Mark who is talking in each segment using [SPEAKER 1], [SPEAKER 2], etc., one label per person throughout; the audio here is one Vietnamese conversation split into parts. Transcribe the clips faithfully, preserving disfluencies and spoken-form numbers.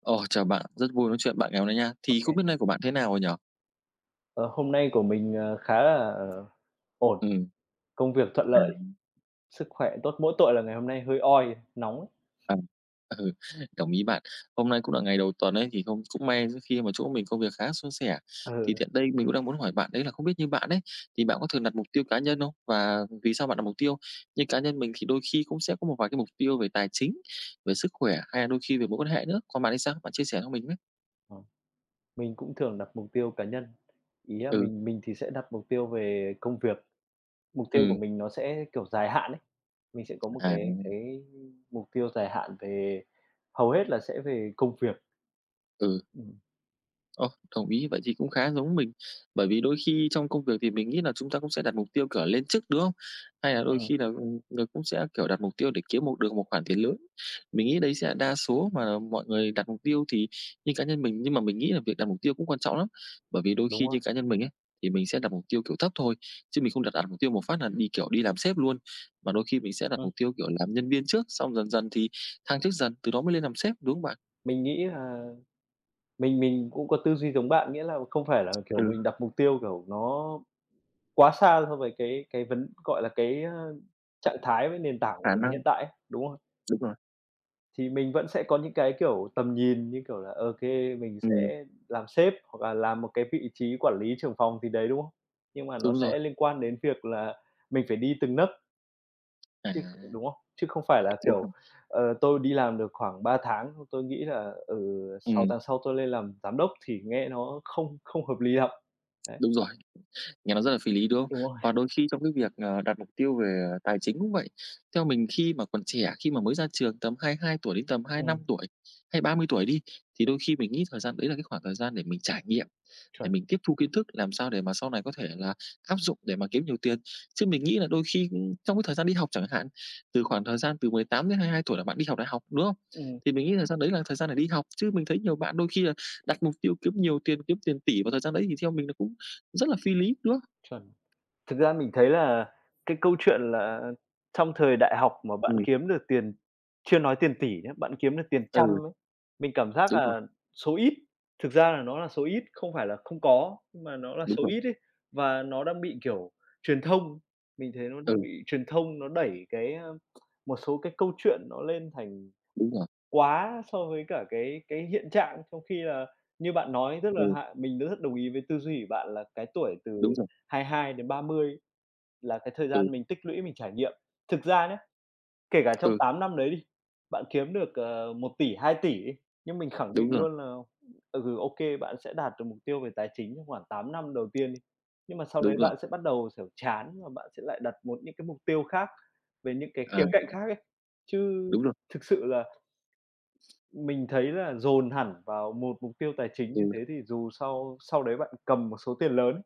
[SPEAKER 1] Ồ, chào bạn, rất vui nói chuyện bạn ngày hôm nay nha.
[SPEAKER 2] Ô
[SPEAKER 1] Thì không biết nay của bạn thế nào rồi nhỉ?
[SPEAKER 2] Ờ, Hôm nay của mình, ờ, khá là, ờ, ổn,
[SPEAKER 1] Ừm,
[SPEAKER 2] công việc thuận
[SPEAKER 1] à,
[SPEAKER 2] lợi, sức khỏe tốt, mỗi tội là ngày hôm nay hơi oi, nóng ấy.
[SPEAKER 1] à, ừ, đồng ý bạn. Hôm nay cũng là ngày đầu tuần ấy, thì không cũng may khi mà chỗ mình công việc khá suôn sẻ. Thì
[SPEAKER 2] Ừ,
[SPEAKER 1] tiện đây mình cũng đang muốn hỏi bạn đấy là không biết như bạn ấy, thì bạn có thường đặt mục tiêu cá nhân không? Và vì sao bạn đặt mục tiêu? Như cá nhân mình thì đôi khi cũng sẽ có một vài cái mục tiêu về tài chính, về sức khỏe hay là đôi khi về mối quan hệ nữa. Còn bạn thì sao? Bạn chia sẻ cho mình với.
[SPEAKER 2] ờ, mình cũng thường đặt mục tiêu cá nhân. Ý là
[SPEAKER 1] Ừ,
[SPEAKER 2] mình mình thì sẽ đặt mục tiêu về công việc, mục tiêu của
[SPEAKER 1] ừ,
[SPEAKER 2] mình nó sẽ, kiểu, dài hạn ấy, mình sẽ có một
[SPEAKER 1] à,
[SPEAKER 2] cái cái mục tiêu dài hạn về hầu hết là sẽ về công việc.
[SPEAKER 1] ừ.
[SPEAKER 2] Ừm.
[SPEAKER 1] Ồ, đồng ý, vậy thì cũng khá giống mình. Bởi vì đôi khi trong công việc thì mình nghĩ là chúng ta cũng sẽ đặt mục tiêu, kiểu, lên chức, đúng không? Hay là đôi
[SPEAKER 2] Ừm.
[SPEAKER 1] khi là, ừ, người cũng sẽ, kiểu, đặt mục tiêu để kiếm một được một khoản tiền lớn. Mình nghĩ đấy sẽ là đa số mà mọi người đặt mục tiêu thì như cá nhân mình nhưng mà mình nghĩ là việc đặt mục tiêu cũng quan trọng lắm. Bởi vì đôi
[SPEAKER 2] Đúng
[SPEAKER 1] khi
[SPEAKER 2] rồi.
[SPEAKER 1] như cá nhân mình ấy, thì mình sẽ đặt mục tiêu, kiểu, thấp thôi, chứ mình không đặt đặt mục tiêu một phát là đi, kiểu, đi làm sếp luôn. Mà đôi khi mình sẽ đặt
[SPEAKER 2] Ừm.
[SPEAKER 1] mục tiêu, kiểu, làm nhân viên trước, xong dần dần thì thăng chức dần, từ đó mới lên làm sếp, đúng không bạn?
[SPEAKER 2] Mình nghĩ là mình mình cũng có tư duy giống bạn, nghĩa là không phải là, kiểu,
[SPEAKER 1] Ừ,
[SPEAKER 2] mình đặt mục tiêu, kiểu, nó quá xa so với cái cái vấn gọi là, cái, ơ, trạng thái với nền tảng của
[SPEAKER 1] khả
[SPEAKER 2] mình hiện
[SPEAKER 1] năng
[SPEAKER 2] tại ấy, đúng không?
[SPEAKER 1] đúng rồi.
[SPEAKER 2] Thì mình vẫn sẽ có những cái, kiểu, tầm nhìn như kiểu là, ô kê, mình
[SPEAKER 1] Ừm.
[SPEAKER 2] sẽ làm sếp hoặc là làm một cái vị trí quản lý trưởng phòng gì đấy, đúng không? Nhưng mà nó
[SPEAKER 1] Đúng rồi.
[SPEAKER 2] sẽ liên quan đến việc là mình phải đi từng nấc
[SPEAKER 1] À,
[SPEAKER 2] chứ kh đúng không? Chứ không phải là,
[SPEAKER 1] đúng
[SPEAKER 2] kiểu,
[SPEAKER 1] rồi.
[SPEAKER 2] ờ, tôi đi làm được khoảng ba tháng, tôi nghĩ là, ừ, sáu
[SPEAKER 1] Ừm,
[SPEAKER 2] tháng sau tôi lên làm giám đốc thì nghe nó không không hợp lý lắm. Đấy.
[SPEAKER 1] đúng rồi. Nghe nó rất là phi lý, đúng không?
[SPEAKER 2] Đúng rồi.
[SPEAKER 1] Và đôi khi trong cái việc, ờ, đặt mục tiêu về, ờ, tài chính cũng vậy. Theo mình khi mà còn trẻ, khi mà mới ra trường tầm hai mươi hai tuổi đến tầm hai lăm
[SPEAKER 2] Ừm.
[SPEAKER 1] tuổi hay ba mươi tuổi đi, thì đôi khi mình nghĩ thời gian đấy là cái khoảng thời gian để mình trải nghiệm, để
[SPEAKER 2] Chuẩn.
[SPEAKER 1] mình tiếp thu kiến thức, làm sao để mà sau này có thể là áp dụng để mà kiếm nhiều tiền. Chứ mình nghĩ là đôi khi, ưm, trong cái thời gian đi học chẳng hạn, từ khoảng thời gian từ mười tám đến hai mươi hai tuổi là bạn đi học đại học, đúng không?
[SPEAKER 2] Ừm.
[SPEAKER 1] Thì mình nghĩ thời gian đấy là thời gian để đi học, chứ mình thấy nhiều bạn đôi khi là đặt mục tiêu kiếm nhiều tiền, kiếm tiền tỷ vào thời gian đấy thì theo mình nó cũng rất là phi lý, đúng không?
[SPEAKER 2] Chuẩn. Thực ra mình thấy là cái câu chuyện là trong thời đại học mà bạn
[SPEAKER 1] Ừm,
[SPEAKER 2] kiếm được tiền chưa nói tiền tỷ nhé bạn kiếm được tiền trăm
[SPEAKER 1] ừ,
[SPEAKER 2] ấy, mình cảm giác
[SPEAKER 1] đúng rồi,
[SPEAKER 2] là số ít. Thực ra là nó là số ít, không phải là không có, nhưng mà nó là
[SPEAKER 1] đúng
[SPEAKER 2] số
[SPEAKER 1] rồi,
[SPEAKER 2] ít ấy, và nó đang bị, kiểu, truyền thông mình thấy nó đang
[SPEAKER 1] ừ,
[SPEAKER 2] bị truyền thông nó đẩy cái, a, một số cái câu chuyện nó lên thành
[SPEAKER 1] đúng rồi,
[SPEAKER 2] quá so với cả cái cái hiện trạng, trong khi là như bạn nói, tức là
[SPEAKER 1] ừ,
[SPEAKER 2] hạ mình rất đồng ý với tư duy của bạn là cái tuổi từ
[SPEAKER 1] đúng rồi,
[SPEAKER 2] hai hai đến ba mươi là cái thời
[SPEAKER 1] ừ,
[SPEAKER 2] gian mình tích lũy, mình trải nghiệm. Thực ra nhé kể cả trong
[SPEAKER 1] ừ,
[SPEAKER 2] tám năm đấy đi, bạn kiếm được, ờ, một tỷ, đi, nhưng mình khẳng định
[SPEAKER 1] đúng rồi,
[SPEAKER 2] luôn là, ừ, ừ, ok bạn sẽ đạt được mục tiêu về tài chính trong khoảng tám năm đầu tiên đi, nhưng mà sau đấy
[SPEAKER 1] đúng rồi,
[SPEAKER 2] bạn sẽ bắt đầu, sẽ chán và bạn sẽ lại đặt một những cái mục tiêu khác về những cái khía
[SPEAKER 1] à,
[SPEAKER 2] cạnh khác ấy. Chứ
[SPEAKER 1] đúng rồi,
[SPEAKER 2] thực sự là mình thấy là dồn hẳn vào một mục tiêu tài chính
[SPEAKER 1] ừ,
[SPEAKER 2] như thế thì dù sau sau đấy bạn cầm một số tiền lớn ấy,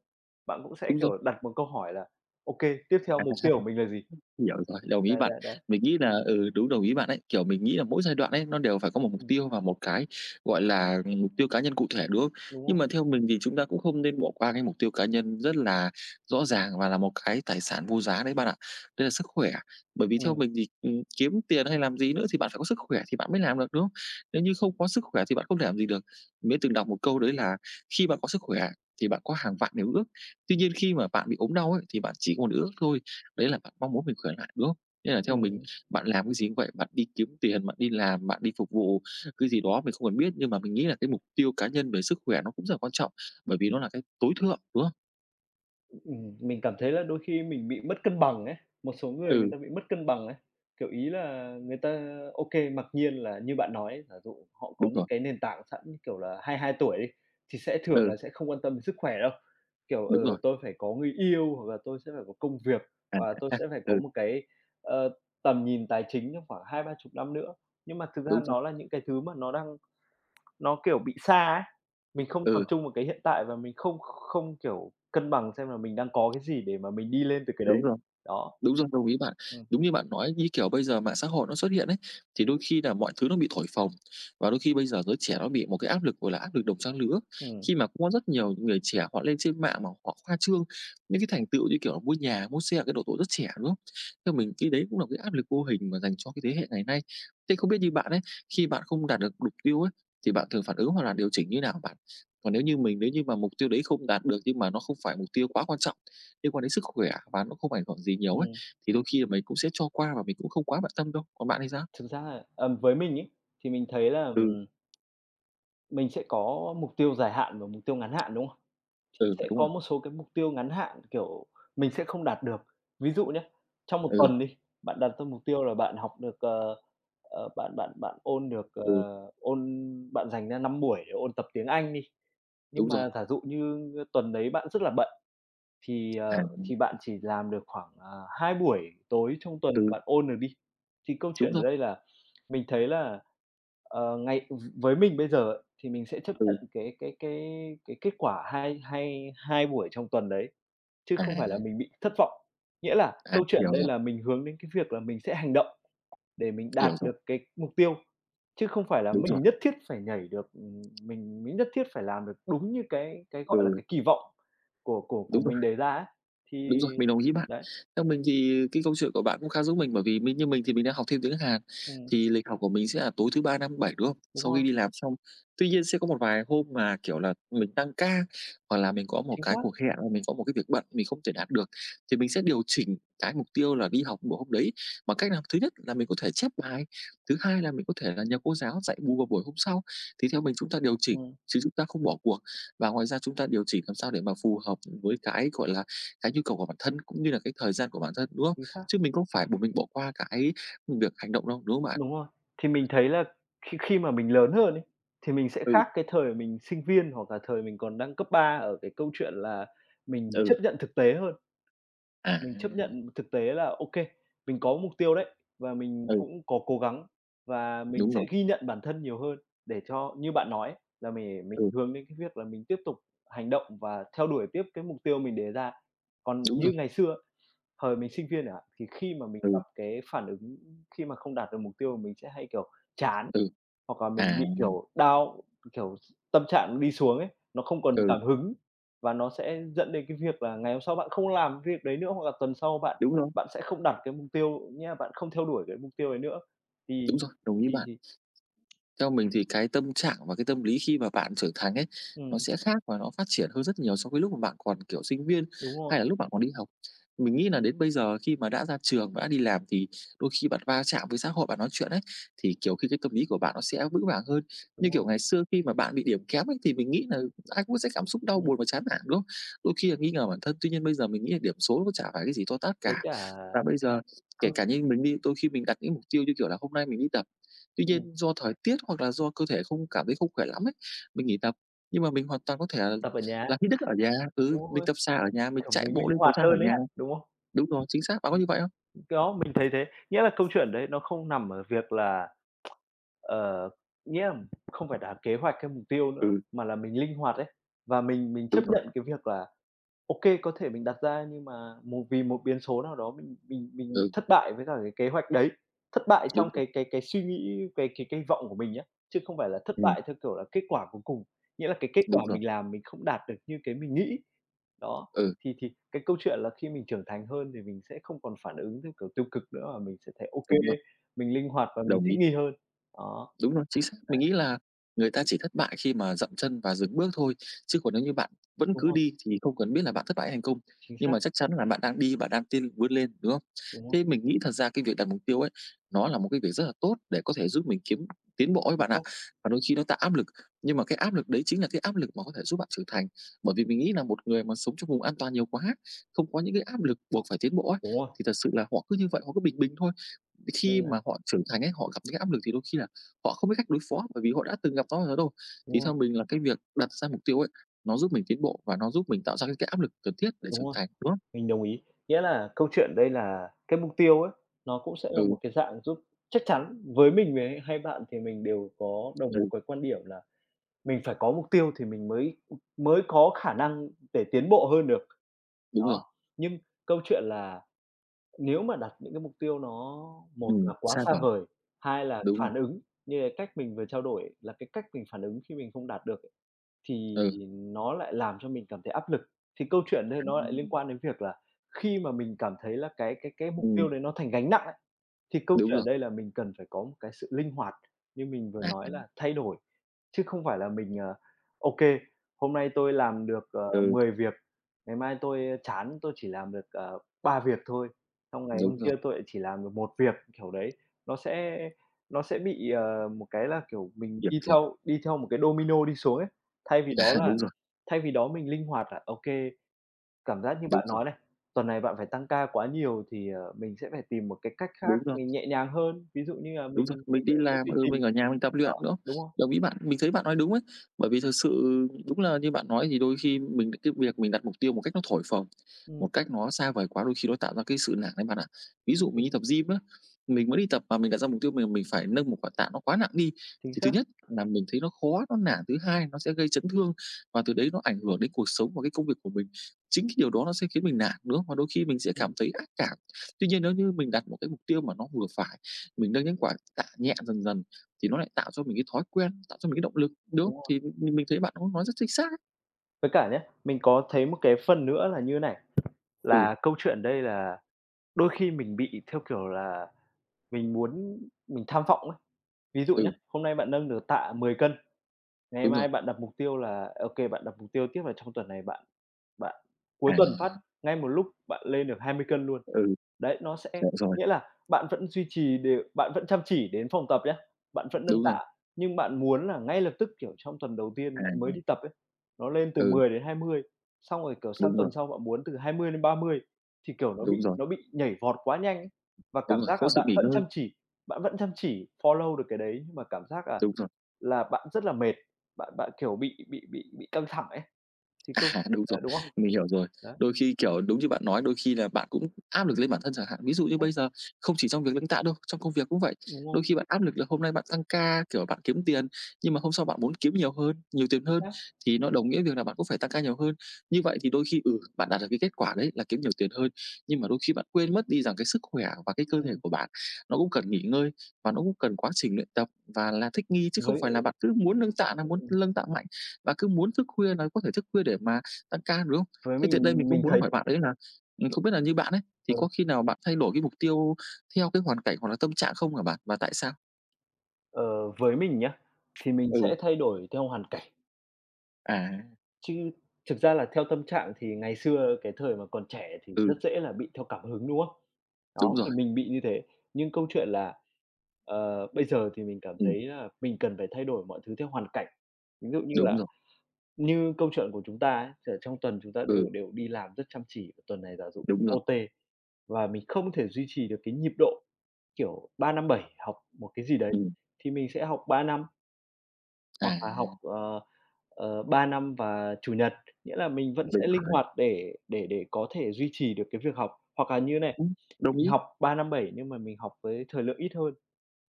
[SPEAKER 2] bạn cũng sẽ,
[SPEAKER 1] đúng
[SPEAKER 2] kiểu,
[SPEAKER 1] rồi.
[SPEAKER 2] đặt một câu hỏi là ok tiếp theo
[SPEAKER 1] À.
[SPEAKER 2] mục tiêu của mình là gì?
[SPEAKER 1] Hiểu rồi, đồng ý
[SPEAKER 2] Đấy,
[SPEAKER 1] bạn.
[SPEAKER 2] đấy, đấy.
[SPEAKER 1] Mình nghĩ là ừ, đúng, đồng ý bạn ấy. Kiểu, mình nghĩ là mỗi giai đoạn ấy, nó đều phải có một mục
[SPEAKER 2] Ừm,
[SPEAKER 1] tiêu và một cái, gọi là, mục tiêu cá nhân cụ thể, đúng không?
[SPEAKER 2] đúng
[SPEAKER 1] Nhưng
[SPEAKER 2] không?
[SPEAKER 1] mà theo mình thì chúng ta cũng không nên bỏ qua cái mục tiêu cá nhân rất là rõ ràng và là một cái tài sản vô giá đấy bạn ạ. Đây là sức khỏe. Bởi vì theo
[SPEAKER 2] Ừm.
[SPEAKER 1] mình thì, ừm, kiếm tiền hay làm gì nữa thì bạn phải có sức khỏe thì bạn mới làm được, đúng không? Nếu như không có sức khỏe thì bạn không thể làm gì được. Mình đã từng đọc một câu đấy là "Khi bạn có sức khỏe thì bạn có hàng vạn điều ước, tuy nhiên khi mà bạn bị ốm đau ấy, thì bạn chỉ có một ước thôi." Đấy là bạn mong muốn mình khỏe lại, đúng không? Nên là theo mình,
[SPEAKER 2] Ừm.
[SPEAKER 1] bạn làm cái gì cũng vậy, bạn đi kiếm tiền, bạn đi làm, bạn đi phục vụ cái gì đó mình không cần biết, nhưng mà mình nghĩ là cái mục tiêu cá nhân về sức khỏe nó cũng rất là quan trọng, bởi vì nó là cái tối thượng, đúng không?
[SPEAKER 2] Ừm, mình cảm thấy là đôi khi mình bị mất cân bằng ấy, một số người người
[SPEAKER 1] Ừ,
[SPEAKER 2] ta bị mất cân bằng ấy. Kiểu, ý là người ta ok mặc nhiên là như bạn nói ấy, giả dụ họ có
[SPEAKER 1] đúng
[SPEAKER 2] những
[SPEAKER 1] rồi,
[SPEAKER 2] cái nền tảng sẵn, như kiểu là hai hai tuổi đi, thì sẽ thường
[SPEAKER 1] ừ,
[SPEAKER 2] là sẽ không quan tâm đến sức khỏe đâu. Kiểu,
[SPEAKER 1] đúng
[SPEAKER 2] ờ,
[SPEAKER 1] rồi,
[SPEAKER 2] tôi phải có người yêu hoặc là tôi sẽ phải có công việc,
[SPEAKER 1] à,
[SPEAKER 2] hoặc là tôi
[SPEAKER 1] à,
[SPEAKER 2] sẽ phải có
[SPEAKER 1] ừ,
[SPEAKER 2] một cái, ờ, tầm nhìn tài chính trong khoảng hai ba chục năm nữa. Nhưng mà thực ra
[SPEAKER 1] đúng rồi,
[SPEAKER 2] nó là những cái thứ mà nó đang nó, kiểu, bị sa ấy, mình không tập
[SPEAKER 1] ừ,
[SPEAKER 2] trung vào cái hiện tại và mình không không, kiểu, cân bằng xem là mình đang có cái gì để mà mình đi lên từ cái
[SPEAKER 1] đúng
[SPEAKER 2] đấy.
[SPEAKER 1] rồi.
[SPEAKER 2] Đó.
[SPEAKER 1] Đúng rồi, đồng ý bạn.
[SPEAKER 2] Ừm.
[SPEAKER 1] Đúng như bạn nói, như kiểu bây giờ mạng xã hội nó xuất hiện ấy, thì đôi khi là mọi thứ nó bị thổi phồng và đôi khi bây giờ giới trẻ nó bị một cái áp lực, gọi là, áp lực đồng trang lứa.
[SPEAKER 2] Ừm.
[SPEAKER 1] Khi mà cũng có rất nhiều những người trẻ họ lên trên mạng mà họ khoa trương những cái thành tựu như kiểu là mua nhà, mua xe ở cái độ tuổi rất trẻ, đúng không? Theo mình cái đấy cũng là cái áp lực vô hình mà dành cho cái thế hệ ngày nay. Thế không biết như bạn ấy, khi bạn không đạt được mục tiêu ấy, thì bạn thường phản ứng hoặc là điều chỉnh như nào bạn? Còn nếu như mình, nếu như mà mục tiêu đấy không đạt được nhưng mà nó không phải mục tiêu quá quan trọng, liên quan đến sức khỏe và nó không ảnh hưởng gì nhiều ấy,
[SPEAKER 2] Ừm.
[SPEAKER 1] thì đôi khi là mình cũng sẽ cho qua và mình cũng không quá bận tâm đâu. Còn bạn thì sao?
[SPEAKER 2] Thực ra là, ờm, với mình ấy, thì mình thấy là,
[SPEAKER 1] Ừ,
[SPEAKER 2] ừm, mình sẽ có mục tiêu dài hạn và mục tiêu ngắn hạn, đúng không? Thì
[SPEAKER 1] ừ,
[SPEAKER 2] sẽ
[SPEAKER 1] đúng
[SPEAKER 2] có
[SPEAKER 1] rồi.
[SPEAKER 2] một số cái mục tiêu ngắn hạn, kiểu, mình sẽ không đạt được. Ví dụ nhá, trong một
[SPEAKER 1] Ừ,
[SPEAKER 2] tuần đi, bạn đặt ra mục tiêu là bạn học được, ờ, ờ, bạn bạn bạn ôn được, ờ,
[SPEAKER 1] ừ,
[SPEAKER 2] ôn bạn dành ra năm buổi để ôn tập tiếng Anh đi. Nhưng
[SPEAKER 1] đúng rồi.
[SPEAKER 2] mà giả dụ như tuần đấy bạn rất là bận, thì,
[SPEAKER 1] À,
[SPEAKER 2] ờ, thì bạn chỉ làm được khoảng, ờ, 2 buổi tối trong tuần
[SPEAKER 1] ừ,
[SPEAKER 2] bạn ôn được đi. Thì câu chuyện
[SPEAKER 1] đúng
[SPEAKER 2] ở
[SPEAKER 1] rồi.
[SPEAKER 2] đây là mình thấy là, ờ, ngày với mình bây giờ ấy, thì mình sẽ chấp nhận
[SPEAKER 1] Ừ,
[SPEAKER 2] cái cái cái cái kết quả hai hai hai buổi trong tuần đấy, chứ không phải là
[SPEAKER 1] à,
[SPEAKER 2] mình bị thất vọng. Nghĩa là
[SPEAKER 1] à,
[SPEAKER 2] câu chuyện ở
[SPEAKER 1] hiểu
[SPEAKER 2] đây
[SPEAKER 1] rồi,
[SPEAKER 2] là mình hướng đến cái việc là mình sẽ hành động để mình đạt
[SPEAKER 1] hiểu rồi.
[SPEAKER 2] được cái mục tiêu. Chứ không phải là
[SPEAKER 1] Đúng rồi.
[SPEAKER 2] mình nhất thiết phải nhảy được, ừm, mình mới nhất thiết phải làm được đúng như cái cái, gọi là,
[SPEAKER 1] Ừ,
[SPEAKER 2] cái kỳ vọng của của của
[SPEAKER 1] đúng rồi.
[SPEAKER 2] mình đề ra ấy, thì
[SPEAKER 1] Đúng rồi, mình đồng ý bạn.
[SPEAKER 2] đấy.
[SPEAKER 1] Theo mình thì cái câu chuyện của bạn cũng khá giống mình, bởi vì mình như mình thì mình đang học thêm tiếng Hàn,
[SPEAKER 2] Ừm.
[SPEAKER 1] thì lịch học của mình sẽ là tối thứ Ba, Năm, Bảy, đúng không?
[SPEAKER 2] Đúng
[SPEAKER 1] Sau
[SPEAKER 2] rồi.
[SPEAKER 1] khi đi làm xong, tuy nhiên sẽ có một vài hôm mà, kiểu là, mình tăng ca hoặc là mình có một
[SPEAKER 2] Chính
[SPEAKER 1] cái
[SPEAKER 2] xác.
[SPEAKER 1] cuộc hẹn hoặc mình có một cái việc bận mình không thể đạt được, thì mình sẽ điều chỉnh cái mục tiêu là đi học buổi hôm đấy bằng cách nào? Thứ nhất là mình có thể chép bài, thứ hai là mình có thể là nhờ cô giáo dạy bù vào buổi hôm sau. Thì theo mình chúng ta điều chỉnh
[SPEAKER 2] Ừm.
[SPEAKER 1] chứ chúng ta không bỏ cuộc, và ngoài ra chúng ta điều chỉnh làm sao để mà phù hợp với cái, gọi là cái nhu cầu của bản thân cũng như là cái thời gian của bản thân, đúng không?
[SPEAKER 2] Chính xác.
[SPEAKER 1] Chứ mình không phải buộc mình bỏ qua cái việc hành động đâu, đúng không bạn?
[SPEAKER 2] Đúng rồi. Thì mình thấy là khi khi mà mình lớn hơn ấy, thì mình sẽ
[SPEAKER 1] Ừ,
[SPEAKER 2] khác cái thời mình sinh viên hoặc là thời mình còn đang cấp ba ở cái câu chuyện là mình
[SPEAKER 1] ừ,
[SPEAKER 2] chấp nhận thực tế hơn.
[SPEAKER 1] à,
[SPEAKER 2] Mình chấp nhận thực tế là ok mình có mục tiêu đấy, và mình
[SPEAKER 1] ừ,
[SPEAKER 2] cũng có cố gắng, và mình
[SPEAKER 1] đúng
[SPEAKER 2] sẽ
[SPEAKER 1] rồi,
[SPEAKER 2] ghi nhận bản thân nhiều hơn để cho như bạn nói ấy, là mình mình
[SPEAKER 1] ừ,
[SPEAKER 2] hướng đến cái việc là mình tiếp tục hành động và theo đuổi tiếp cái mục tiêu mình đề ra. Còn
[SPEAKER 1] đúng
[SPEAKER 2] như
[SPEAKER 1] rồi,
[SPEAKER 2] ngày xưa, thời mình sinh viên chẳng thì khi mà mình
[SPEAKER 1] ừ,
[SPEAKER 2] gặp cái phản ứng khi mà không đạt được mục tiêu mình sẽ hay, kiểu, chán.
[SPEAKER 1] ừ,
[SPEAKER 2] Hoặc là mình
[SPEAKER 1] à,
[SPEAKER 2] bị, kiểu, down, kiểu, tâm trạng đi xuống ấy, nó không còn
[SPEAKER 1] ừ,
[SPEAKER 2] cảm hứng và nó sẽ dẫn đến cái việc là ngày hôm sau bạn không làm việc đấy nữa, hoặc là tuần sau bạn
[SPEAKER 1] đúng rồi,
[SPEAKER 2] bạn sẽ không đặt cái mục tiêu nghĩa bạn không theo đuổi cái mục tiêu đấy nữa. Thì
[SPEAKER 1] đúng rồi, đồng ý
[SPEAKER 2] thì
[SPEAKER 1] bạn.
[SPEAKER 2] thì
[SPEAKER 1] Theo mình thì cái tâm trạng và cái tâm lý khi mà bạn trưởng thành ấy, nó
[SPEAKER 2] Ừm.
[SPEAKER 1] sẽ khác và nó phát triển hơn rất nhiều so với lúc mà bạn còn, kiểu, sinh viên
[SPEAKER 2] Đúng rồi.
[SPEAKER 1] hay là lúc bạn còn đi học. Mình nghĩ là đến bây giờ khi mà đã ra trường và đã đi làm thì đôi khi bạn va chạm với xã hội, bạn nói chuyện ấy, thì, kiểu, khi cái tâm lý của bạn nó sẽ vững vàng hơn. Như
[SPEAKER 2] Đúng rồi.
[SPEAKER 1] kiểu ngày xưa khi mà bạn bị điểm kém ấy, thì mình nghĩ là ai cũng sẽ cảm xúc đau
[SPEAKER 2] Ừm.
[SPEAKER 1] buồn và chán nản, đúng không? Đôi khi là nghi ngờ bản thân, tuy nhiên bây giờ mình nghĩ là điểm số nó chả phải cái gì to tát
[SPEAKER 2] Với
[SPEAKER 1] cả.
[SPEAKER 2] cả
[SPEAKER 1] Và bây giờ kể
[SPEAKER 2] cứ
[SPEAKER 1] cả như mình đi, đôi khi mình đặt những mục tiêu như kiểu là hôm nay mình đi tập. Tuy
[SPEAKER 2] ừm,
[SPEAKER 1] nhiên do thời tiết hoặc là do cơ thể không cảm thấy không khỏe lắm ấy, mình nghỉ tập. Nhưng mà mình hoàn toàn có thể là
[SPEAKER 2] tập ở nhà.
[SPEAKER 1] là hít đất ở nhà, ừ,
[SPEAKER 2] Đúng
[SPEAKER 1] mình
[SPEAKER 2] rồi,
[SPEAKER 1] tập xà ở nhà, mình
[SPEAKER 2] kiểu,
[SPEAKER 1] chạy
[SPEAKER 2] mình
[SPEAKER 1] bộ
[SPEAKER 2] linh
[SPEAKER 1] lên cầu
[SPEAKER 2] hoạt
[SPEAKER 1] thang ở
[SPEAKER 2] hơn ấy,
[SPEAKER 1] nhà.
[SPEAKER 2] đúng không?
[SPEAKER 1] Đúng rồi, chính xác, bạn có như vậy không?
[SPEAKER 2] Đó, mình thấy thế. Nghĩa là câu chuyện đấy nó không nằm ở việc là, ờ, nghĩa là không phải là kế hoạch hay mục tiêu nữa,
[SPEAKER 1] Ừ,
[SPEAKER 2] mà là mình linh hoạt ấy. Và mình mình
[SPEAKER 1] đúng
[SPEAKER 2] chấp
[SPEAKER 1] rồi,
[SPEAKER 2] nhận cái việc là ok có thể mình đặt ra nhưng mà một vì một biến số nào đó mình mình mình
[SPEAKER 1] ừ,
[SPEAKER 2] thất bại với cả cái kế hoạch đấy, thất bại
[SPEAKER 1] đúng
[SPEAKER 2] trong
[SPEAKER 1] rồi,
[SPEAKER 2] cái cái cái suy nghĩ, cái cái cái vọng của mình nhé chứ không phải là thất
[SPEAKER 1] ừm,
[SPEAKER 2] bại theo kiểu là kết quả cuối cùng. Nghĩa là cái kết
[SPEAKER 1] đúng
[SPEAKER 2] quả
[SPEAKER 1] rồi,
[SPEAKER 2] mình làm mình không đạt được như cái mình nghĩ. Đó,
[SPEAKER 1] ừ,
[SPEAKER 2] thì thì cái câu chuyện là khi mình trưởng thành hơn thì mình sẽ không còn phản ứng theo kiểu tiêu cực nữa, mà mình sẽ thấy ô kê,
[SPEAKER 1] đúng rồi,
[SPEAKER 2] mình linh hoạt và mình
[SPEAKER 1] đồng
[SPEAKER 2] thích
[SPEAKER 1] ý.
[SPEAKER 2] nghi hơn. Đó.
[SPEAKER 1] Đúng rồi, chính xác. Mình nghĩ là người ta chỉ thất bại khi mà dậm chân và dừng bước thôi, chứ còn nếu như bạn vẫn
[SPEAKER 2] Đúng
[SPEAKER 1] cứ
[SPEAKER 2] rồi.
[SPEAKER 1] đi thì không cần biết là bạn thất bại hay thành công.
[SPEAKER 2] Chính
[SPEAKER 1] Nhưng
[SPEAKER 2] xác.
[SPEAKER 1] mà chắc chắn là bạn đang đi, bạn đang tiên vươn lên, đúng không?
[SPEAKER 2] Đúng rồi.
[SPEAKER 1] Thế mình nghĩ thật ra cái việc đặt mục tiêu ấy, nó là một cái việc rất là tốt để có thể giúp mình kiếm tiến bộ ấy
[SPEAKER 2] Chính
[SPEAKER 1] bạn ạ.
[SPEAKER 2] xác.
[SPEAKER 1] Và đôi khi nó tạo áp lực, nhưng mà cái áp lực đấy chính là cái áp lực mà có thể giúp bạn trưởng thành. Bởi vì mình nghĩ là một người mà sống trong vùng an toàn nhiều quá, không có những cái áp lực buộc phải tiến bộ ấy,
[SPEAKER 2] Đúng rồi.
[SPEAKER 1] thì thật sự là họ cứ như vậy, họ cứ bình bình thôi.
[SPEAKER 2] Nên
[SPEAKER 1] Khi
[SPEAKER 2] là
[SPEAKER 1] mà họ trưởng thành ấy, họ gặp những cái áp lực thì đôi khi là Họ không biết cách đối phó bởi vì họ đã từng gặp nó bao giờ đâu.
[SPEAKER 2] đúng
[SPEAKER 1] Thì
[SPEAKER 2] rồi.
[SPEAKER 1] theo mình là cái việc đặt ra mục tiêu ấy, nó giúp mình tiến bộ và nó giúp mình tạo ra cái cái áp lực cần thiết để
[SPEAKER 2] Đúng
[SPEAKER 1] trưởng
[SPEAKER 2] rồi.
[SPEAKER 1] thành, đúng không?
[SPEAKER 2] Mình đồng ý. Nghĩa là câu chuyện đây là cái mục tiêu ấy, nó cũng sẽ là
[SPEAKER 1] Ừ,
[SPEAKER 2] một cái dạng giúp chắc chắn với mình với hai bạn thì mình đều có đồng một
[SPEAKER 1] ừ,
[SPEAKER 2] cái quan điểm là mình phải có mục tiêu thì mình mới mới có khả năng để tiến bộ hơn được.
[SPEAKER 1] đúng rồi.
[SPEAKER 2] Đó, nhưng câu chuyện là nếu mà đặt những cái mục tiêu nó một
[SPEAKER 1] Ừm,
[SPEAKER 2] là quá
[SPEAKER 1] sa
[SPEAKER 2] xa
[SPEAKER 1] vở,
[SPEAKER 2] vời, hai là
[SPEAKER 1] đúng rồi.
[SPEAKER 2] phản ứng, như cái cách mình vừa trao đổi là cái cách mình phản ứng khi mình không đạt được ấy, thì
[SPEAKER 1] Ừ,
[SPEAKER 2] nó lại làm cho mình cảm thấy áp lực. Thì câu chuyện đây
[SPEAKER 1] à,
[SPEAKER 2] nó lại liên quan đến việc là khi mà mình cảm thấy là cái cái cái mục
[SPEAKER 1] ừm,
[SPEAKER 2] tiêu đấy nó thành gánh nặng ấy, thì câu
[SPEAKER 1] đúng
[SPEAKER 2] chuyện
[SPEAKER 1] rồi.
[SPEAKER 2] đây là mình cần phải có một cái sự linh hoạt, như mình vừa
[SPEAKER 1] À,
[SPEAKER 2] nói là thay đổi, chứ không phải là mình, ờ, ô hôm nay tôi làm được, ờ,
[SPEAKER 1] ừ,
[SPEAKER 2] 10 việc, ngày mai tôi chán tôi chỉ làm được, ờ, 3 việc thôi, xong ngày hôm
[SPEAKER 1] đúng
[SPEAKER 2] kia
[SPEAKER 1] rồi,
[SPEAKER 2] tôi lại chỉ làm được một việc, kiểu đấy. Nó sẽ nó sẽ bị, ờ, một cái là, kiểu, mình
[SPEAKER 1] hiểu
[SPEAKER 2] đi
[SPEAKER 1] rồi.
[SPEAKER 2] theo đi theo một cái domino đi xuống ấy. Thay vì đó
[SPEAKER 1] À,
[SPEAKER 2] là
[SPEAKER 1] đúng rồi,
[SPEAKER 2] thay vì đó mình linh hoạt là, ô kê, cảm giác như
[SPEAKER 1] đúng
[SPEAKER 2] bạn
[SPEAKER 1] rồi,
[SPEAKER 2] nói này, tuần này bạn phải tăng ca quá nhiều thì, ờ, mình sẽ phải tìm một cái cách khác
[SPEAKER 1] đúng rồi.
[SPEAKER 2] mình nhẹ nhàng hơn, ví dụ như là
[SPEAKER 1] Đúng rồi,
[SPEAKER 2] mình mình
[SPEAKER 1] mình đi
[SPEAKER 2] sẽ tự
[SPEAKER 1] làm,
[SPEAKER 2] duy
[SPEAKER 1] ừ,
[SPEAKER 2] trì
[SPEAKER 1] mình ở nhà mình tập
[SPEAKER 2] đó,
[SPEAKER 1] luyện nữa.
[SPEAKER 2] đúng không?
[SPEAKER 1] Đồng ý bạn, mình thấy bạn nói đúng ấy. Bởi vì thực sự đúng là như bạn nói thì đôi khi mình cái việc mình đặt mục tiêu một cách nó thổi phồng, một
[SPEAKER 2] Ừm.
[SPEAKER 1] cách nó xa vời quá đôi khi nó tạo ra cái sự nản đấy bạn ạ. Ví dụ
[SPEAKER 2] chính
[SPEAKER 1] mình đi tập gym á, mình mới đi tập mà mình đặt ra mục tiêu mình mình phải nâng một quả tạ nó quá nặng đi,
[SPEAKER 2] chính
[SPEAKER 1] thì thứ
[SPEAKER 2] xác.
[SPEAKER 1] nhất là mình thấy nó khó, nó nản, thứ hai nó sẽ gây chấn thương và từ đấy nó ảnh hưởng đến cuộc sống và cái công việc của mình. Chính cái điều đó nó sẽ khiến mình nản nữa và đôi khi mình sẽ cảm
[SPEAKER 2] Ừm.
[SPEAKER 1] thấy ác cảm. Tuy nhiên nếu như mình đặt một cái mục tiêu mà nó vừa phải mình nâng những quả tạ nhẹ dần dần thì nó lại tạo cho mình cái thói quen, tạo cho mình cái động lực, đúng
[SPEAKER 2] Đúng
[SPEAKER 1] không?
[SPEAKER 2] rồi.
[SPEAKER 1] Thì mình mình thấy bạn cũng nói rất chính xác ấy.
[SPEAKER 2] Với cả nhá, mình có thấy một cái phần nữa là như này,
[SPEAKER 1] Ừ,
[SPEAKER 2] là câu chuyện ở đây là đôi khi mình bị, theo kiểu là, mình muốn mình tham vọng ấy. Ví dụ nhá,
[SPEAKER 1] ừ,
[SPEAKER 2] hôm nay bạn nâng được tạ mười cân. Ngày
[SPEAKER 1] đúng rồi.
[SPEAKER 2] mai bạn đặt mục tiêu là ô kê, bạn đặt mục tiêu tiếp là trong tuần này bạn bạn cuối
[SPEAKER 1] À,
[SPEAKER 2] tuần phát, ngay một lúc bạn lên được hai mươi cân luôn.
[SPEAKER 1] ừ,
[SPEAKER 2] Đấy, nó sẽ
[SPEAKER 1] hiểu rồi,
[SPEAKER 2] nghĩa là bạn vẫn duy trì đều, bạn vẫn chăm chỉ đến phòng tập nhá, bạn vẫn nâng
[SPEAKER 1] đúng rồi.
[SPEAKER 2] tạ, nhưng bạn muốn là ngay lập tức, kiểu, trong tuần đầu tiên bạn
[SPEAKER 1] À,
[SPEAKER 2] mới đi tập ấy, nó lên từ
[SPEAKER 1] ừ,
[SPEAKER 2] mười đến hai mươi, xong rồi, kiểu, sang
[SPEAKER 1] đúng
[SPEAKER 2] tuần
[SPEAKER 1] rồi,
[SPEAKER 2] sau bạn muốn từ hai mươi đến ba mươi, thì, kiểu, nó
[SPEAKER 1] đúng
[SPEAKER 2] bị
[SPEAKER 1] rồi,
[SPEAKER 2] nó bị nhảy vọt quá nhanh ấy. Và
[SPEAKER 1] đúng
[SPEAKER 2] cảm
[SPEAKER 1] rồi,
[SPEAKER 2] giác
[SPEAKER 1] có
[SPEAKER 2] là
[SPEAKER 1] sự
[SPEAKER 2] bạn
[SPEAKER 1] nghỉ
[SPEAKER 2] vẫn
[SPEAKER 1] ngơi,
[SPEAKER 2] chăm chỉ, bạn vẫn chăm chỉ follow được cái đấy, nhưng mà cảm giác là
[SPEAKER 1] đúng rồi.
[SPEAKER 2] là bạn rất là mệt, bạn bạn, kiểu, bị bị bị bị căng thẳng ấy, thì không.
[SPEAKER 1] À, đúng rồi,
[SPEAKER 2] Ờ, đúng không?
[SPEAKER 1] mình hiểu rồi.
[SPEAKER 2] Đấy,
[SPEAKER 1] Đôi khi, kiểu, đúng như bạn nói, đôi khi là bạn cũng áp lực lên bản thân chẳng hạn. Ví dụ
[SPEAKER 2] chính
[SPEAKER 1] như
[SPEAKER 2] xác,
[SPEAKER 1] bây giờ không chỉ trong việc lãnh đạo đâu, trong công việc cũng vậy.
[SPEAKER 2] đúng không?
[SPEAKER 1] Đôi khi bạn áp lực là hôm nay bạn tăng ca, kiểu, bạn kiếm tiền, nhưng mà hôm sau bạn muốn kiếm nhiều hơn, nhiều tiền
[SPEAKER 2] Chính
[SPEAKER 1] hơn,
[SPEAKER 2] xác.
[SPEAKER 1] thì nó đồng nghĩa việc là bạn cũng phải tăng ca nhiều hơn. Như vậy thì đôi khi, ừ, bạn đạt được cái kết quả đấy là kiếm nhiều tiền hơn, nhưng mà đôi khi bạn quên mất đi rằng cái sức khỏe và cái cơ thể
[SPEAKER 2] Ừm,
[SPEAKER 1] của bạn nó cũng cần nghỉ ngơi và nó cũng cần quá trình luyện tập và là thích nghi, chứ không phải là
[SPEAKER 2] với
[SPEAKER 1] bạn cứ muốn nâng tạ là muốn lâng tạ mạnh và cứ muốn thức khuya là có thể thức khuya để mà tăng ca, đúng không?
[SPEAKER 2] với
[SPEAKER 1] Thế tiện đây mình
[SPEAKER 2] mình mình
[SPEAKER 1] cũng
[SPEAKER 2] thấy
[SPEAKER 1] muốn hỏi bạn đấy là, ừm, không biết là như bạn ấy, thì
[SPEAKER 2] ờ,
[SPEAKER 1] có khi nào bạn thay đổi cái mục tiêu theo cái hoàn cảnh hoặc là tâm trạng không hả bạn? Và tại sao?
[SPEAKER 2] ờ, với mình nhá, thì mình
[SPEAKER 1] Ừ,
[SPEAKER 2] sẽ thay đổi theo hoàn cảnh,
[SPEAKER 1] à,
[SPEAKER 2] chứ thực ra là theo tâm trạng thì ngày xưa cái thời mà còn trẻ thì
[SPEAKER 1] ừ,
[SPEAKER 2] rất dễ là bị theo cảm hứng, đúng không?
[SPEAKER 1] đúng
[SPEAKER 2] Đó,
[SPEAKER 1] rồi,
[SPEAKER 2] thì mình bị như thế. Nhưng câu chuyện là, ờ, bây giờ thì mình cảm
[SPEAKER 1] ừm,
[SPEAKER 2] thấy là mình cần phải thay đổi mọi thứ theo hoàn cảnh. Ví dụ như
[SPEAKER 1] đúng
[SPEAKER 2] là
[SPEAKER 1] rồi,
[SPEAKER 2] như câu chuyện của chúng ta ấy, thì ở trong tuần chúng ta
[SPEAKER 1] ừ,
[SPEAKER 2] đều đều đi làm rất chăm chỉ, và tuần này giả dụ
[SPEAKER 1] đúng rồi,
[SPEAKER 2] âu ti và mình không thể duy trì được cái nhịp độ, kiểu, ba năm bảy học một cái gì đấy,
[SPEAKER 1] ừm,
[SPEAKER 2] thì mình sẽ học ba năm,
[SPEAKER 1] à,
[SPEAKER 2] hoặc là học, ờ, ờ, ba năm và Chủ nhật, nghĩa là mình vẫn
[SPEAKER 1] đúng
[SPEAKER 2] sẽ linh
[SPEAKER 1] rồi,
[SPEAKER 2] hoạt để để để có thể duy trì được cái việc học. Hoặc là như này,
[SPEAKER 1] ừm, đồng
[SPEAKER 2] mình
[SPEAKER 1] ý.
[SPEAKER 2] học ba năm bảy nhưng mà mình học với thời lượng ít hơn.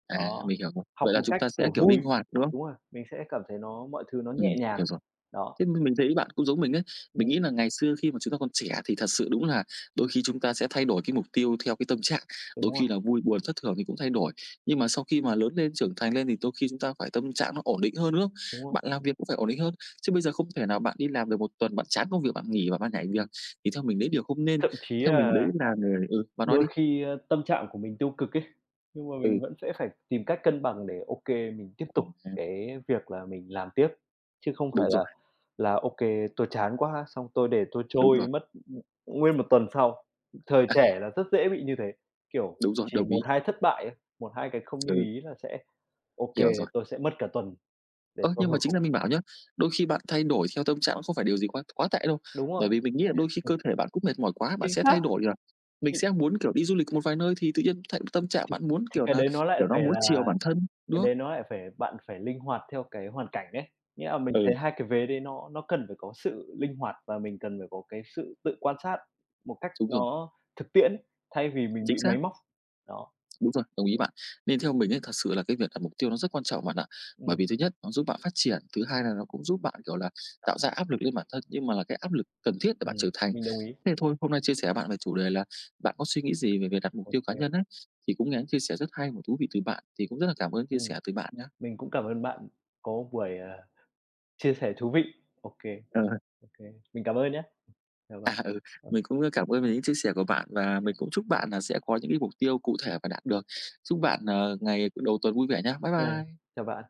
[SPEAKER 1] À,
[SPEAKER 2] Đó,
[SPEAKER 1] mình hiểu rồi.
[SPEAKER 2] học
[SPEAKER 1] Vậy là
[SPEAKER 2] một
[SPEAKER 1] chúng
[SPEAKER 2] cách,
[SPEAKER 1] ta sẽ,
[SPEAKER 2] kiểu,
[SPEAKER 1] kiểu,
[SPEAKER 2] vui.
[SPEAKER 1] linh hoạt, đúng không?
[SPEAKER 2] Đúng rồi, mình sẽ cảm thấy nó mọi thứ nó nhẹ
[SPEAKER 1] Ừm,
[SPEAKER 2] nhàng.
[SPEAKER 1] hiểu rồi.
[SPEAKER 2] Đó,
[SPEAKER 1] Thế mình mình thấy bạn cũng giống mình đấy. Mình
[SPEAKER 2] ừm,
[SPEAKER 1] nghĩ là ngày xưa khi mà chúng ta còn trẻ thì thật sự đúng là đôi khi chúng ta sẽ thay đổi cái mục tiêu theo cái tâm trạng, đôi
[SPEAKER 2] đúng rồi,
[SPEAKER 1] khi là vui buồn thất thường thì cũng thay đổi. Nhưng mà sau khi mà lớn lên, trưởng thành lên thì đôi khi chúng ta phải tâm trạng nó ổn định hơn, đúng không?
[SPEAKER 2] đúng rồi.
[SPEAKER 1] Bạn làm việc cũng phải ổn định hơn, chứ bây giờ không thể nào bạn đi làm được một tuần, bạn chán công việc, bạn nghỉ và bạn nhảy việc, thì theo mình đấy điều không nên.
[SPEAKER 2] Thậm chí
[SPEAKER 1] Theo mình đấy
[SPEAKER 2] là
[SPEAKER 1] là người ừ, bạn nói
[SPEAKER 2] đôi
[SPEAKER 1] đi.
[SPEAKER 2] khi, ơ, tâm trạng của mình tiêu cực ấy, nhưng mà mình
[SPEAKER 1] Ừ,
[SPEAKER 2] vẫn sẽ phải tìm cách cân bằng để, ok mình tiếp tục
[SPEAKER 1] à,
[SPEAKER 2] cái việc là mình làm tiếp, chứ không phải
[SPEAKER 1] đúng rồi,
[SPEAKER 2] là là ok tôi chán quá, xong tôi để tôi
[SPEAKER 1] đúng
[SPEAKER 2] trôi
[SPEAKER 1] rồi.
[SPEAKER 2] mất, nguyên một tuần sau. Thời trẻ là rất dễ bị như thế, kiểu,
[SPEAKER 1] đúng rồi,
[SPEAKER 2] chỉ
[SPEAKER 1] đồng
[SPEAKER 2] một
[SPEAKER 1] ý.
[SPEAKER 2] hai thất bại á, một, hai cái không như
[SPEAKER 1] Ừ,
[SPEAKER 2] ý là sẽ ok
[SPEAKER 1] hiểu rồi.
[SPEAKER 2] tôi sẽ mất cả tuần để
[SPEAKER 1] Ơ,
[SPEAKER 2] tôi
[SPEAKER 1] nhưng mà
[SPEAKER 2] hồi
[SPEAKER 1] chính
[SPEAKER 2] phục.
[SPEAKER 1] là mình bảo nhá, đôi khi bạn thay đổi theo tâm trạng cũng không phải điều gì quá quá tệ đâu.
[SPEAKER 2] Đúng rồi,
[SPEAKER 1] Bởi vì mình nghĩ là đôi khi cơ thể bạn cũng mệt mỏi quá, bạn
[SPEAKER 2] chính
[SPEAKER 1] sẽ
[SPEAKER 2] xác,
[SPEAKER 1] thay đổi, là mình
[SPEAKER 2] thì
[SPEAKER 1] sẽ muốn, kiểu, đi du lịch một vài nơi thì tự nhiên th tâm trạng
[SPEAKER 2] thì
[SPEAKER 1] bạn muốn,
[SPEAKER 2] thì
[SPEAKER 1] kiểu
[SPEAKER 2] cái
[SPEAKER 1] là,
[SPEAKER 2] đấy nó lại
[SPEAKER 1] kiểu, nó
[SPEAKER 2] phải
[SPEAKER 1] muốn
[SPEAKER 2] là
[SPEAKER 1] chiều bản thân,
[SPEAKER 2] cái
[SPEAKER 1] đúng không?
[SPEAKER 2] đấy nó lại phải bạn phải linh hoạt theo cái hoàn cảnh đấy. Nghĩa là mình thấy
[SPEAKER 1] Ừ,
[SPEAKER 2] hai cái vế đấy nó nó cần phải có sự linh hoạt và mình cần phải có cái sự tự quan sát một cách
[SPEAKER 1] đúng rồi,
[SPEAKER 2] nó thực tiễn thay vì mình
[SPEAKER 1] chính
[SPEAKER 2] bị
[SPEAKER 1] xác.
[SPEAKER 2] máy móc. Đó,
[SPEAKER 1] Đúng rồi, đồng ý bạn. Nên theo mình ấy, thật sự là cái việc đặt mục tiêu nó rất quan trọng bạn ạ. Bởi
[SPEAKER 2] ừm.
[SPEAKER 1] vì thứ nhất, nó giúp bạn phát triển, thứ hai là nó cũng giúp bạn, kiểu là, tạo ra áp lực lên bản thân, nhưng mà là cái áp lực cần thiết để bạn
[SPEAKER 2] Ừm,
[SPEAKER 1] trưởng thành.
[SPEAKER 2] mình đồng ý.
[SPEAKER 1] Thế thôi, hôm nay chia sẻ với bạn về chủ đề là bạn có suy nghĩ gì về việc đặt mục
[SPEAKER 2] Ô
[SPEAKER 1] tiêu cá
[SPEAKER 2] kê,
[SPEAKER 1] nhân ấy, thì cũng nghe những chia sẻ rất hay và thú vị từ bạn, thì cũng rất là cảm ơn chia
[SPEAKER 2] ừm,
[SPEAKER 1] sẻ từ bạn nhé.
[SPEAKER 2] mình cũng cảm ơn bạn có một buổi, à, chia sẻ thú vị. Ô kê,
[SPEAKER 1] Ờ,
[SPEAKER 2] ô kê, mình cảm ơn nhá. Chào bạn.
[SPEAKER 1] à, ừ,
[SPEAKER 2] Ô
[SPEAKER 1] mình cũng, cảm ơn về những chia sẻ của bạn và
[SPEAKER 2] kê,
[SPEAKER 1] mình cũng chúc bạn là sẽ có những cái mục tiêu cụ thể và đạt được. Chúc bạn, ờ, ngày đầu tuần vui vẻ nhé. Bye
[SPEAKER 2] ê,
[SPEAKER 1] bye.
[SPEAKER 2] chào bạn.